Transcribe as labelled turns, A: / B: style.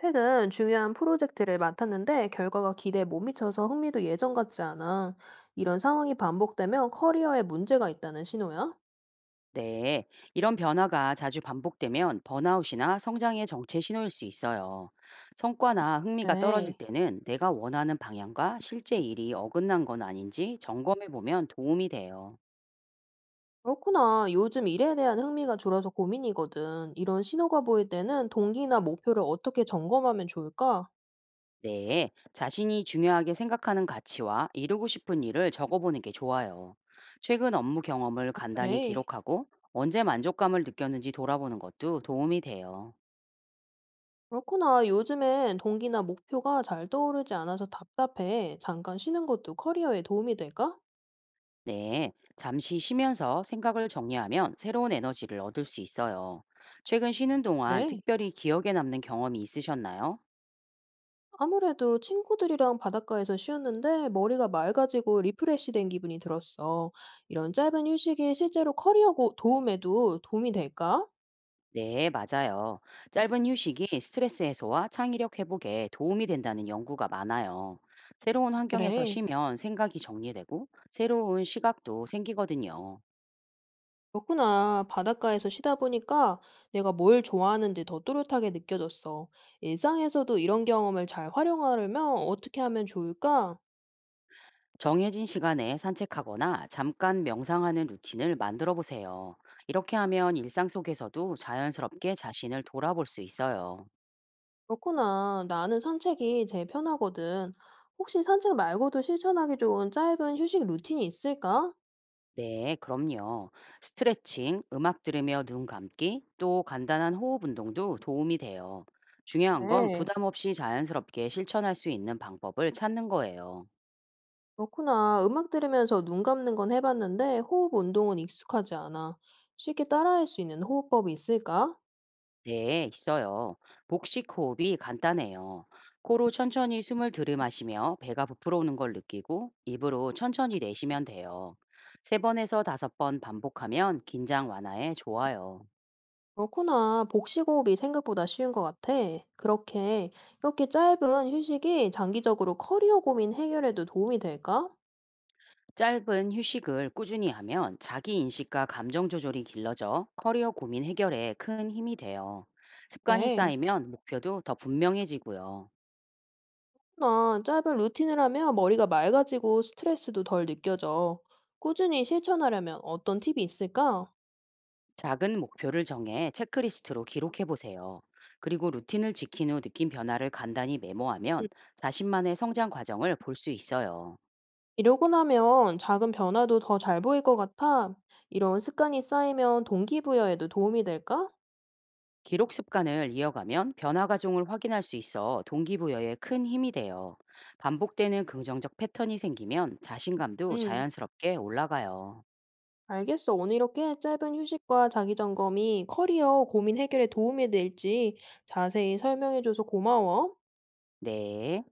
A: 최근 중요한 프로젝트를 맡았는데 결과가 기대에 못 미쳐서 흥미도 예전 같지 않아. 이런 상황이 반복되면 커리어에 문제가 있다는 신호야?
B: 네, 이런 변화가 자주 반복되면 번아웃이나 성장의 정체 신호일 수 있어요. 성과나 흥미가 떨어질
A: 그래.
B: 때는 내가 원하는 방향과 실제 일이 어긋난 건 아닌지 점검해 보면 도움이 돼요.
A: 그렇구나. 요즘 일에 대한 흥미가 줄어서 고민이거든. 이런 신호가 보일 때는 동기나 목표를 어떻게 점검하면 좋을까?
B: 네, 자신이 중요하게 생각하는 가치와 이루고 싶은 일을 적어보는 게 좋아요. 최근 업무 경험을
A: 아,
B: 간단히
A: 그래.
B: 기록하고 언제 만족감을 느꼈는지 돌아보는 것도 도움이 돼요.
A: 그렇구나. 요즘엔 동기나 목표가 잘 떠오르지 않아서 답답해. 잠깐 쉬는 것도 커리어에 도움이 될까?
B: 네, 잠시 쉬면서 생각을 정리하면 새로운 에너지를 얻을 수 있어요. 최근 쉬는 동안
A: 그래.
B: 특별히 기억에 남는 경험이 있으셨나요?
A: 아무래도 친구들이랑 바닷가에서 쉬었는데 머리가 맑아지고 리프레시된 기분이 들었어. 이런 짧은 휴식이 실제로 커리어고 도움에도 도움이 될까?
B: 네, 맞아요. 짧은 휴식이 스트레스 해소와 창의력 회복에 도움이 된다는 연구가 많아요. 새로운
A: 아,
B: 환경에서
A: 그래.
B: 쉬면 생각이 정리되고 새로운 시각도 생기거든요.
A: 그렇구나. 바닷가에서 쉬다 보니까 내가 뭘 좋아하는지 더 또렷하게 느껴졌어. 일상에서도 이런 경험을 잘 활용하려면 어떻게 하면 좋을까?
B: 정해진 시간에 산책하거나 잠깐 명상하는 루틴을 만들어 보세요. 이렇게 하면 일상 속에서도 자연스럽게 자신을 돌아볼 수 있어요.
A: 그렇구나. 나는 산책이 제일 편하거든. 혹시 산책 말고도 실천하기 좋은 짧은 휴식 루틴이 있을까?
B: 네, 그럼요. 스트레칭, 음악 들으며 눈 감기, 또 간단한 호흡 운동도 도움이 돼요. 중요한 건
A: 네.
B: 부담 없이 자연스럽게 실천할 수 있는 방법을 찾는 거예요.
A: 그렇구나. 음악 들으면서 눈 감는 건 해봤는데 호흡 운동은 익숙하지 않아. 쉽게 따라할 수 있는 호흡법이 있을까?
B: 네, 있어요. 복식 호흡이 간단해요. 코로 천천히 숨을 들이마시며 배가 부풀어오는 걸 느끼고 입으로 천천히 내쉬면 돼요. 세 번에서 다섯 번 반복하면 긴장 완화에 좋아요.
A: 그렇구나. 복식 호흡이 생각보다 쉬운 것 같아. 그렇게 이렇게 짧은 휴식이 장기적으로 커리어 고민 해결에도 도움이 될까?
B: 짧은 휴식을 꾸준히 하면 자기 인식과 감정 조절이 길러져 커리어 고민 해결에 큰 힘이 돼요. 습관이
A: 네.
B: 쌓이면 목표도 더 분명해지고요.
A: 나 짧은 루틴을 하면 머리가 맑아지고 스트레스도 덜 느껴져. 꾸준히 실천하려면 어떤 팁이 있을까?
B: 작은 목표를 정해 체크리스트로 기록해 보세요. 그리고 루틴을 지킨 후 느낀 변화를 간단히 메모하면 자신만의 성장 과정을 볼 수 있어요.
A: 이러고 나면 작은 변화도 더 잘 보일 것 같아. 이런 습관이 쌓이면 동기부여에도 도움이 될까?
B: 기록 습관을 이어가면 변화 과정을 확인할 수 있어 동기부여에 큰 힘이 돼요. 반복되는 긍정적 패턴이 생기면 자신감도
A: 응,
B: 자연스럽게 올라가요.
A: 알겠어. 오늘 이렇게 짧은 휴식과 자기 점검이 커리어 고민 해결에 도움이 될지 자세히 설명해줘서 고마워.
B: 네.